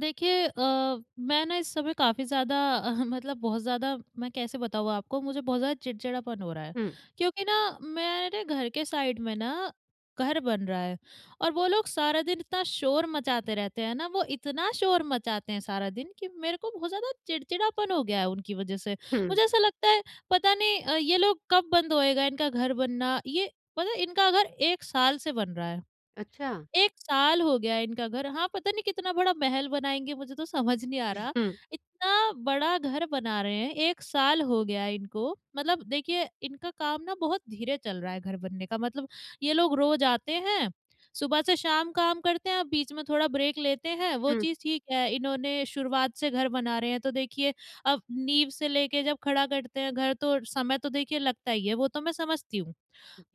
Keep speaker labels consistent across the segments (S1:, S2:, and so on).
S1: देखिए, मैं ना इस समय काफ़ी ज़्यादा मतलब बहुत ज़्यादा मैं कैसे बताऊँ आपको मुझे बहुत ज़्यादा चिड़चिड़ापन हो रहा है
S2: हुँ,
S1: क्योंकि ना मेरे घर के साइड में ना घर बन रहा है। और वो लोग सारा दिन इतना शोर मचाते रहते हैं ना, वो इतना शोर मचाते हैं सारा दिन कि मेरे को बहुत ज़्यादा चिड़चिड़ापन हो गया है उनकी वजह से।
S2: हुँ,
S1: मुझे ऐसा लगता है पता नहीं ये लोग कब बंद होएगा इनका घर बनना। ये पता है, इनका घर एक साल से बन रहा है।
S2: अच्छा।
S1: 1 साल हो गया है इनका घर। हाँ, पता नहीं कितना बड़ा महल बनाएँगे, मुझे तो समझ नहीं आ रहा।
S2: हुँ,
S1: इतना बड़ा घर बना रहे हैं, 1 साल हो गया है इनको। मतलब देखिए इनका काम ना बहुत धीरे चल रहा है घर बनने का। मतलब ये लोग रोज़ आते हैं, सुबह से शाम काम करते हैं, अब बीच में थोड़ा ब्रेक लेते हैं, वो
S2: हुँ,
S1: चीज़ ठीक है। इन्होंने शुरुआत से घर बना रहे हैं तो देखिए अब नींव से लेके जब खड़ा करते हैं घर, तो समय तो देखिए लगता ही है, वो तो मैं समझती हूँ।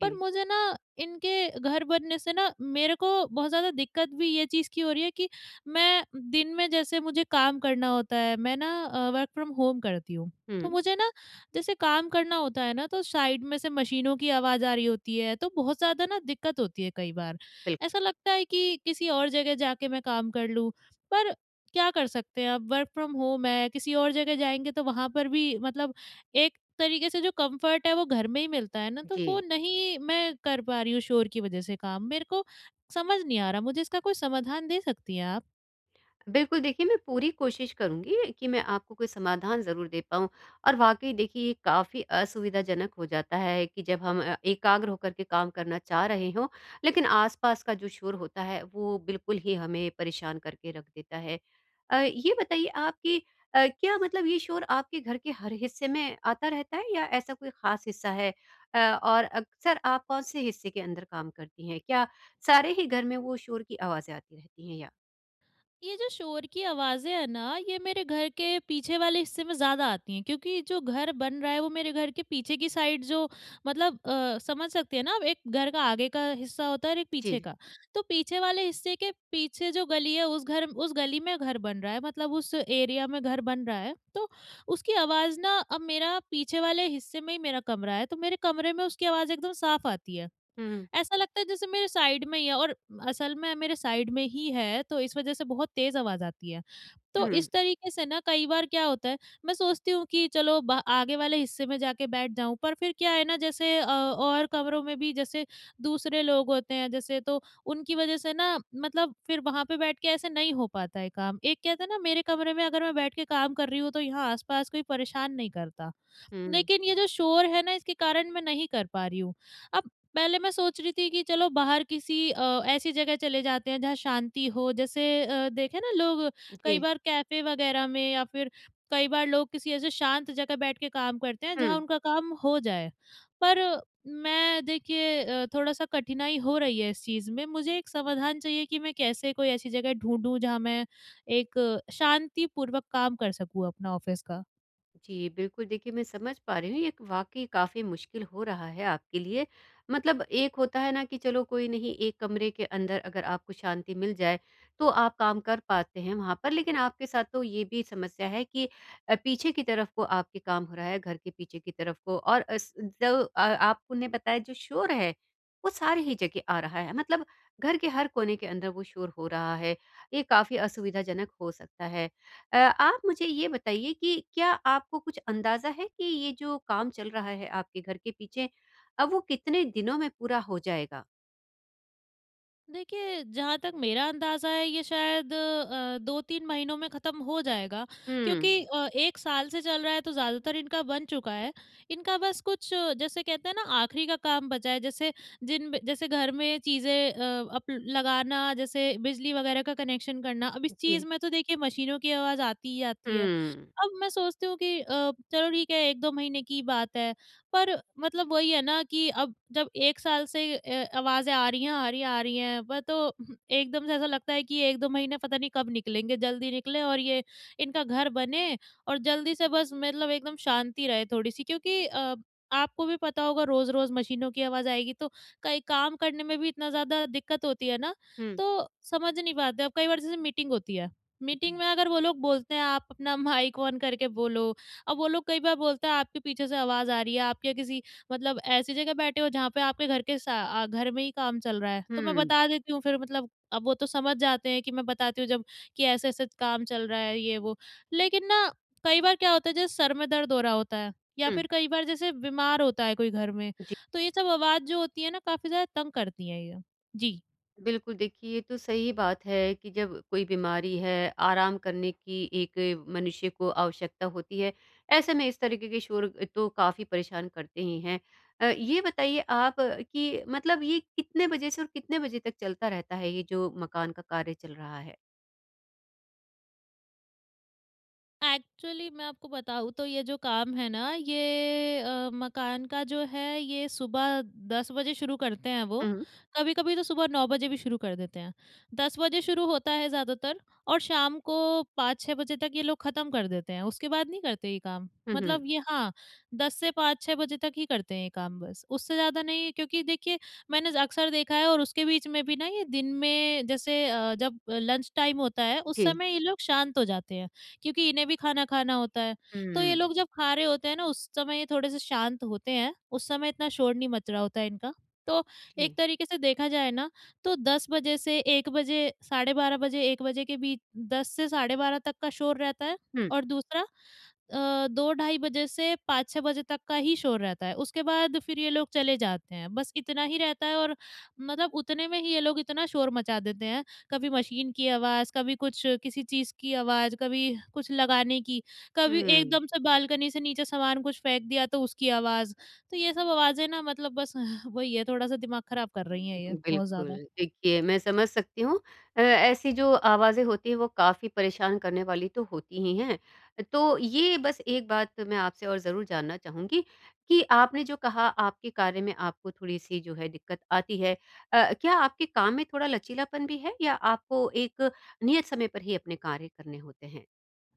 S1: पर मुझे ना इनके घर बनने से ना मेरे को बहुत ज़्यादा दिक्कत भी ये चीज़ की हो रही है कि मैं दिन में जैसे मुझे काम करना होता है, मैं ना वर्क फ्रॉम होम करती हूँ।
S2: हुँ,
S1: तो मुझे ना जैसे काम करना होता है ना, तो साइड में से मशीनों की आवाज़ आ रही होती है, तो बहुत ज़्यादा ना दिक्कत होती है। कई बार
S2: बिल्कुल,
S1: ऐसा लगता है कि किसी और जगह जाके मैं काम कर लूँ, पर क्या कर सकते हैं। अब वर्क फ्रॉम होम है, किसी और जगह जाएंगे तो वहां पर भी मतलब एक तरीके से जो कंफर्ट है वो घर में ही मिलता है ना, तो
S2: जी।
S1: वो नहीं मैं कर पा रही हूँ शोर की वजह से काम। मेरे को समझ नहीं आ रहा, मुझे इसका कोई समाधान दे सकती हैं आप?
S2: बिल्कुल, देखिए मैं पूरी कोशिश करूँगी कि मैं आपको कोई समाधान ज़रूर दे पाऊँ। और वाक़ई देखिए ये काफ़ी असुविधाजनक हो जाता है कि जब हम एकाग्र होकर के काम करना चाह रहे हों, लेकिन आस-पास का जो शोर होता है वो बिल्कुल ही हमें परेशान करके रख देता है। ये बताइए आप कि क्या मतलब ये शोर आपके घर के हर हिस्से में आता रहता है या ऐसा कोई ख़ास हिस्सा है? और अक्सर आप कौन-से हिस्से के अंदर काम करती हैं? क्या सारे ही घर में वो शोर की आवाज़ें आती रहती हैं या?
S1: ये जो शोर की आवाज़ें हैं ना, ये मेरे घर के पीछे वाले हिस्से में ज़्यादा आती हैं, क्योंकि जो घर बन रहा है वो मेरे घर के पीछे की साइड जो मतलब, समझ सकते हैं ना आप, एक घर का आगे का हिस्सा होता है और एक पीछे
S2: जी।
S1: का। तो पीछे वाले हिस्से के पीछे जो गली है उस घर उस गली में घर बन रहा है, मतलब उस एरिया में घर बन रहा है। तो उसकी आवाज़ ना अब मेरा पीछे वाले हिस्से में ही मेरा कमरा है, तो मेरे कमरे में उसकी आवाज़ एकदम साफ़ आती है।
S2: हुँ।
S1: ऐसा लगता है जैसे मेरे साइड में ही है, और असल में मेरे साइड में ही है, तो इस वजह से बहुत तेज आवाज़ आती है। तो
S2: हुँ,
S1: इस तरीके से ना कई बार क्या होता है, मैं सोचती हूँ कि चलो ब आगे वाले हिस्से में जाके बैठ जाऊँ, पर फिर क्या है ना जैसे और कमरों में भी जैसे दूसरे लोग होते हैं जैसे, तो उनकी वजह से ना मतलब फिर वहाँ पे बैठ के ऐसे नहीं हो पाता है काम। एक कहते हैं ना मेरे कमरे में अगर मैं बैठ के काम कर रही हूँ तो यहाँ आस-पास कोई परेशान नहीं करता।
S2: हुँ।
S1: लेकिन ये जो शोर है ना इसके कारण मैं नहीं कर पा रही हूँ। अब पहले मैं सोच रही थी कि चलो बाहर किसी, ऐसी जगह चले जाते हैं जहाँ शांति हो, जैसे, देखे ना लोग कई
S2: जी।
S1: बार कैफ़े वग़ैरह में, या फिर कई बार लोग किसी ऐसे शांत जगह बैठ के काम करते हैं
S2: हुँ।
S1: जहाँ उनका काम हो जाए। पर मैं देखिए, थोड़ा-सा कठिनाई हो रही है इस चीज़ में। मुझे एक समाधान चाहिए कि मैं कैसे कोई ऐसी जगह ढूँढूँ जहाँ मैं एक शांतिपूर्वक काम कर सकूँ अपना ऑफ़िस का।
S2: जी, बिल्कुल देखिए मैं समझ पा रही हूँ ये वाक़ई काफ़ी मुश्किल हो रहा है आपके लिए। मतलब एक होता है ना कि चलो कोई नहीं एक कमरे के अंदर अगर आपको शांति मिल जाए, तो आप काम कर पाते हैं वहाँ पर। लेकिन आपके साथ तो ये भी समस्या है कि पीछे की तरफ को आपके काम हो रहा है, घर के पीछे की तरफ को और अस जो आपने बताया जो शोर है, वो सारी ही जगह आ रहा है। मतलब घर के हर कोने के अंदर वो शोर हो रहा है। ये काफ़ी असुविधाजनक हो सकता है। आप मुझे ये बताइए कि क्या आपको कुछ अंदाज़ा है कि ये जो काम चल रहा है आपके घर के पीछे वो कितने दिनों में पूरा हो जाएगा?
S1: देखिए, जहाँ तक मेरा अंदाज़ा है ये शायद, 2-3 महीनों में ख़त्म हो जाएगा, क्योंकि
S2: हुँ।
S1: अ, 1 साल से चल रहा है तो ज़्यादातर इनका बन चुका है। इनका बस कुछ, जैसे कहते हैं ना आखिरी का काम बचा है, जैसे जिन जैसे घर में चीज़ें, अप लगाना, जैसे बिजली वग़ैरह का कनेक्शन करना, अब इस
S2: जी।
S1: चीज़ में तो देखिए मशीनों की आवाज़ आती ही आती है।
S2: हुँ।
S1: अब मैं सोचती हूँ कि चलो ठीक है 1-2 महीने की बात है। पर मतलब वही है ना कि अब जब 1 साल से आवाज़ें आ रही हैं, आ रही हैं, आ रही हैं पर तो एकदम से ऐसा लगता है कि 1-2 महीने पता नहीं कब निकलेंगे, जल्दी निकले और ये इनका घर बने और जल्दी से बस मतलब एकदम शांति रहे थोड़ी-सी, क्योंकि, आपको भी पता होगा रोज़-रोज़ मशीनों की आवाज़ आएगी तो कई काम करने में भी इतना ज़्यादा दिक्कत होती है ना,
S2: हुँ।
S1: तो समझ नहीं पाते। अब कई बार जैसे मीटिंग होती है, मीटिंग
S2: जी।
S1: में अगर वो लोग बोलते हैं आप अपना माइक ऑन करके बोलो। अब वो लोग कई बार बोलते हैं आपके पीछे से आवाज़ आ रही है, आप या किसी मतलब ऐसी जगह बैठे हो जहाँ पे आपके घर के सा घर में ही काम चल रहा है। तो मैं
S2: हुँ,
S1: बता देती हूँ फिर मतलब, अब वो तो समझ जाते हैं कि मैं बताती हूँ जब कि ऐसे-ऐसे काम चल रहा है ये वो। लेकिन ना कई बार क्या होता है, जैसे सर में दर्द हो रहा होता है, या
S2: हुँ।
S1: फिर कई बार जैसे बीमार होता है कोई घर में, तो ये सब आवाज़ जो होती है ना काफ़ी ज़्यादा तंग करती हैं ये। जी।
S2: बिल्कुल, देखिए ये तो सही बात है कि जब कोई बीमारी है, आराम करने की एक मनुष्य को आवश्यकता होती है, ऐसे में इस तरीके के शोर तो काफ़ी परेशान करते ही हैं। ये बताइए आप कि मतलब ये कितने बजे से और कितने बजे तक चलता रहता है, ये जो मकान का कार्य चल रहा है?
S1: एक्चुअली मैं आपको बताऊँ तो ये जो काम है ना, ये, मकान का जो है ये सुबह 10 बजे शुरू करते हैं वो।
S2: हुँ।
S1: कभी-कभी तो सुबह 9 बजे भी शुरू कर देते हैं। 10 बजे शुरू होता है ज़्यादातर, और शाम को 5-6 बजे तक ये लोग ख़त्म कर देते हैं। उसके बाद नहीं करते ये काम।
S2: हुँ, हुँ।
S1: मतलब ये हाँ, 10 से 5-6 बजे तक ही करते हैं ये काम बस। उससे ज़्यादा नहीं, क्योंकि देखिए मैंने अक्सर देखा है। और उसके बीच में भी ना ये दिन में जैसे, जब लंच टाइम होता है उस
S2: जी।
S1: समय ये लोग शांत हो जाते हैं, क्योंकि इन्हें भी खाना खाना होता है।
S2: हुँ,
S1: तो ये लोग जब खा रहे होते हैं ना, उस समय ये थोड़े से शांत होते हैं, उस समय इतना शोर नहीं मच रहा होता है इनका। तो एक
S2: जी।
S1: तरीके से देखा जाए ना, तो 10 बजे से 1 बजे, साढ़े 12 बजे, 1 बजे के बीच 10 से साढ़े 12 तक का शोर रहता है, और दूसरा, 2 ढाई बजे से 5-6 बजे तक का ही शोर रहता है, उसके बाद फिर ये लोग चले जाते हैं। बस इतना ही रहता है, और मतलब उतने में ही ये लोग इतना शोर मचा देते हैं, कभी मशीन की आवाज़, कभी कुछ किसी चीज़ की आवाज़, कभी कुछ लगाने की, कभी
S2: हुँ।
S1: एकदम से बालकनी से नीचे सामान कुछ फेंक दिया तो उसकी आवाज़। तो ये सब आवाज़ें ना मतलब बस वही है, थोड़ा-सा दिमाग खराब कर रही हैं ये, बहुत
S2: बिल्कुल,
S1: ज़्यादा।
S2: देखिए मैं समझ सकती हूँ ऐसी जो आवाज़ें होती हैं वो काफ़ी परेशान करने वाली तो होती ही हैं। तो ये बस एक बात मैं आपसे और ज़रूर जानना चाहूँगी कि आपने जो कहा आपके कार्य में आपको थोड़ी-सी जो है दिक्कत आती है। क्या आपके काम में थोड़ा लचीलापन भी है या आपको एक नियत समय पर ही अपने कार्य करने होते हैं?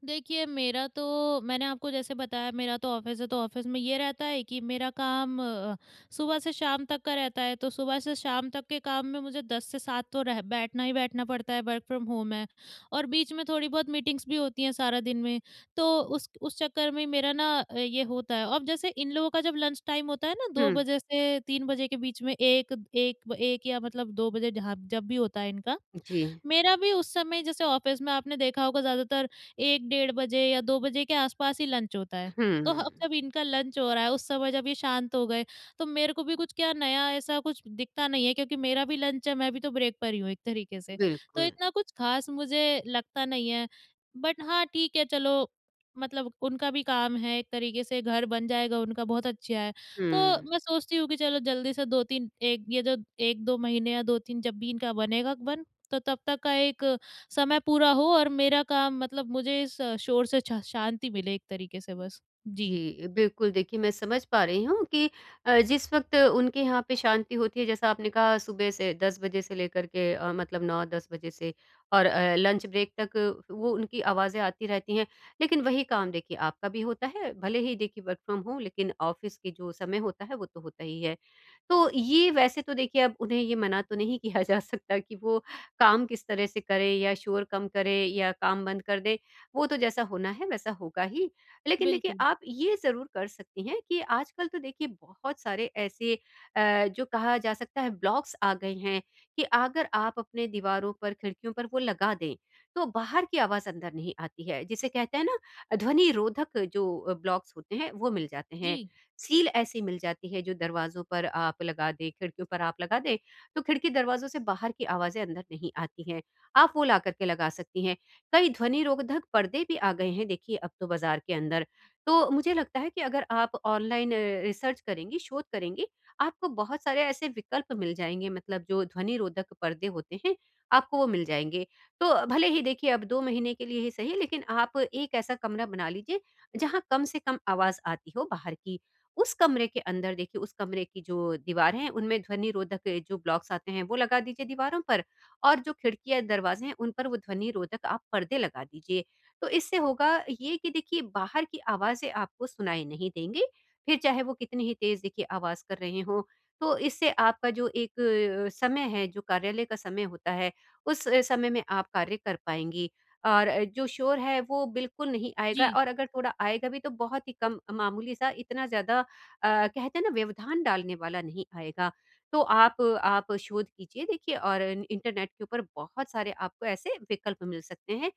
S1: देखिए, मेरा तो मैंने आपको जैसे बताया मेरा तो ऑफ़िस है, तो ऑफ़िस में ये रहता है कि मेरा काम, सुबह से शाम तक का रहता है, तो सुबह से शाम तक के काम में मुझे 10 से 7 तो रह बैठना ही बैठना पड़ता है, वर्क फ्रॉम होम है। और बीच में थोड़ी बहुत मीटिंग्स भी होती हैं सारा दिन में, तो उस चक्कर में मेरा ना, ये होता है। अब जैसे इन लोगों का जब लंच टाइम होता है ना 2
S2: हुँ,
S1: बजे से 3 बजे के बीच में, 1 1 ब 1 या मतलब 2 बजे जहाँ जब भी होता है इनका,
S2: जी।
S1: मेरा भी उस समय जैसे ऑफिस में आपने देखा होगा ज़्यादातर 1 डेढ़ बजे या 2 बजे के आसपास ही लंच होता है।
S2: हुँ,
S1: तो अब जब इनका लंच हो रहा है, उस समय जब ये शांत हो गए, तो मेरे को भी कुछ क्या नया ऐसा कुछ दिखता नहीं है, क्योंकि मेरा भी लंच है, मैं भी तो ब्रेक पर ही हूँ एक तरीके से। तो
S2: बिल्कुल।
S1: इतना कुछ ख़ास मुझे लगता नहीं है। बट हाँ, ठीक है चलो मतलब उनका भी काम है, एक तरीके से घर बन जाएगा उनका बहुत अच्छा है। तो
S2: हुँ।
S1: मैं सोचती हूँ कि चलो जल्दी से 2-3 एक ये जो 1-2 महीने या 2-3 जब भी इनका बनेगा बन, तो तब तक का एक समय पूरा हो और मेरा काम मतलब मुझे इस शोर से छ शांति मिले एक तरीके से बस। जी,
S2: जी, बिल्कुल देखिए मैं समझ पा रही हूँ कि जिस वक़्त उनके यहाँ पे शांति होती है जैसा आपने कहा सुबह से 10 बजे से लेकर के मतलब 9-10 बजे से और लंच ब्रेक तक वो उनकी आवाज़ें आती रहती हैं। लेकिन वही काम देखिए आपका भी होता है, भले ही देखिए वर्क फ्रॉम होम लेकिन ऑफ़िस के जो समय होता है वो तो होता ही है। तो ये वैसे तो देखिए अब उन्हें ये मना तो नहीं किया जा सकता कि वो काम किस तरह से करें या शोर कम करें या काम बंद कर दें, वो तो जैसा होना है वैसा होगा ही। लेकिन देखिए
S1: बिल्कुल।
S2: आप ये ज़रूर कर सकती हैं कि आजकल तो देखिए बहुत सारे ऐसे जो कहा जा सकता है ब्लॉक्स आ गए हैं कि अगर आप अपने दीवारों पर, खिड़कियों पर वो लगा दें, तो बाहर की आवाज़ अंदर नहीं आती है। जिसे कहते हैं ना ध्वनि रोधक जो ब्लॉक्स होते हैं वो मिल जाते हैं।
S1: जी,
S2: सील ऐसी मिल जाती है जो दरवाज़ों पर आप लगा दें, खिड़कियों पर आप लगा दें, तो खिड़की दरवाज़ों से बाहर की आवाज़ें अंदर नहीं आती हैं। आप वो ला कर के लगा सकती हैं। कई ध्वनि रोधक पर्दे भी आ गए हैं देखिए अब तो बाजार के अंदर। तो मुझे लगता है कि अगर आप ऑनलाइन रिसर्च करेंगी, शोध करेंगी, आपको बहुत सारे ऐसे विकल्प मिल जाएँगे मतलब जो ध्वनि रोधक पर्दे होते हैं, आपको वो मिल जाएँगे। तो भले ही देखिए अब 2 महीने के लिए ही सही लेकिन आप एक ऐसा कमरा बना लीजिए, जहाँ कम से कम आवाज़ आती हो बाहर की। उस कमरे के अंदर देखिए उस कमरे की जो दीवार है उनमें ध्वनि रोधक जो ब्लॉक्स आते हैं वो लगा दीजिए दीवारों पर और जो खिड़की या दरवाज़े हैं, उन पर वो ध्वनि रोधक आप पर्दे लगा दीजिए। तो इससे होगा ये कि देखिए बाहर की आवाज़ें आपको सुनाई नहीं देंगी, फिर चाहे वो कितनी ही तेज़ देखिए आवाज़ कर रहे हों। तो इससे आपका जो एक समय है, जो कार्यालय का समय होता है, उस समय में आप कार्य कर पाएँगी और जो शोर है वो बिल्कुल नहीं आएगा
S1: जी,
S2: और अगर थोड़ा आएगा भी तो बहुत ही कम मामूली-सा इतना ज़्यादा कहते हैं ना व्यवधान डालने वाला नहीं आएगा। तो आप शोध कीजिए देखिए और इंटरनेट के ऊपर बहुत सारे आपको ऐसे विकल्प मिल सकते हैं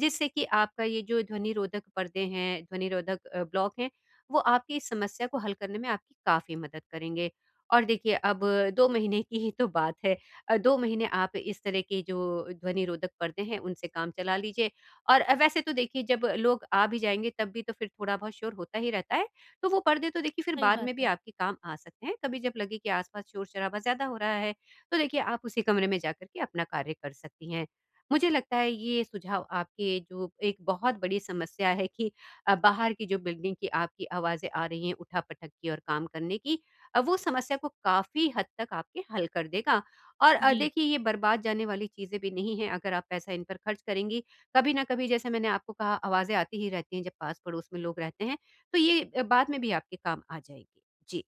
S2: जिससे कि आपका ये जो ध्वनिरोधक पर्दे हैं, ध्वनिरोधक ब्लॉक हैं, वो आपकी इस समस्या को हल करने में आपकी काफ़ी मदद करेंगे। और देखिए अब 2 महीने की ही तो बात है 2 महीने आप इस तरह के जो ध्वनिरोधक पर्दे हैं उनसे काम चला लीजिए और वैसे तो देखिए जब लोग आ भी जाएँगे तब भी तो फिर थोड़ा बहुत शोर होता ही रहता है। तो वो पर्दे तो देखिए फिर
S1: सही
S2: बाद
S1: बात
S2: में भी
S1: है।
S2: आपके काम आ सकते हैं। कभी जब लगे कि आसपास शोर-शराबा ज़्यादा हो रहा है, तो देखिए आप उसी कमरे में जाकर के अपना कार्य कर सकती हैं। मुझे लगता है ये सुझाव आपके जो एक बहुत बड़ी समस्या है कि बाहर की जो बिल्डिंग की आपकी आवाज़ें आ रही हैं उठा-पटक की और काम करने की वो समस्या को काफ़ी हद तक आपके हल कर देगा। और
S1: जी।
S2: देखिए ये बर्बाद जाने वाली चीज़ें भी नहीं हैं अगर आप पैसा इन पर खर्च करेंगी। कभी न कभी जैसे मैंने आपको कहा आवाज़ें आती ही रहती हैं जब पास-पड़ोस में लोग रहते हैं। तो ये बाद में भी आपके काम आ जाएगी। जी,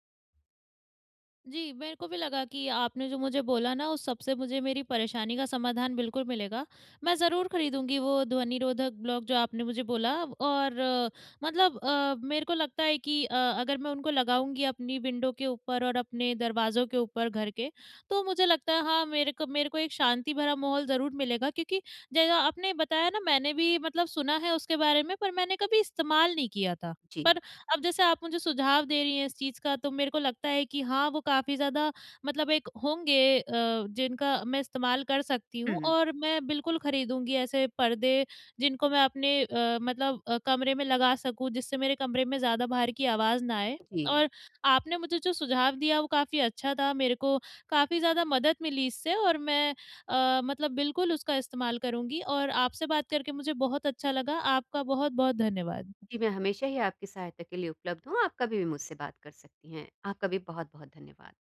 S1: जी, मेरे को भी लगा कि आपने जो मुझे बोला ना, उस सबसे मुझे मेरी परेशानी का समाधान बिल्कुल मिलेगा। मैं ज़रूर खरीदूँगी वो ध्वनिरोधक ब्लॉक जो आपने मुझे बोला, और, मतलब, मेरे को लगता है कि, अगर मैं उनको लगाऊँगी अपनी विंडो के ऊपर और अपने दरवाज़ों के ऊपर घर के, तो मुझे लगता है हाँ, मेरे को एक शांति भरा माहौल ज़रूर मिलेगा, क्योंकि जैसा आपने बताया ना मैंने भी मतलब सुना है उसके बारे में, पर मैंने कभी इस्तेमाल नहीं किया था।
S2: जी।
S1: पर अब जैसे आप मुझे सुझाव दे रही हैं इस चीज़ का, तो मेरे को लगता है कि हाँ, वो काफ़ी ज़्यादा मतलब एक होंगे, जिनका मैं इस्तेमाल कर सकती हूँ,
S2: हुँ।
S1: और मैं बिल्कुल खरीदूँगी ऐसे पर्दे, जिनको मैं अपने, मतलब, कमरे में लगा सकूँ, जिससे मेरे कमरे में ज़्यादा बाहर की आवाज़ ना आए।
S2: जी।
S1: और आपने मुझे जो सुझाव दिया, वो काफ़ी अच्छा था, मेरे को काफ़ी ज़्यादा मदद मिली इससे, और मैं, मतलब बिल्कुल उसका इस्तेमाल करूँगी, और आपसे बात करके मुझे बहुत अच्छा लगा। आपका बहुत-बहुत धन्यवाद।
S2: जी, मैं हमेशा ही आपकी सहायता के लिए उपलब्ध हूँ, आप कभी भी मुझसे बात कर सकती हैं। आपका भी बहुत-बहुत धन्यवाद।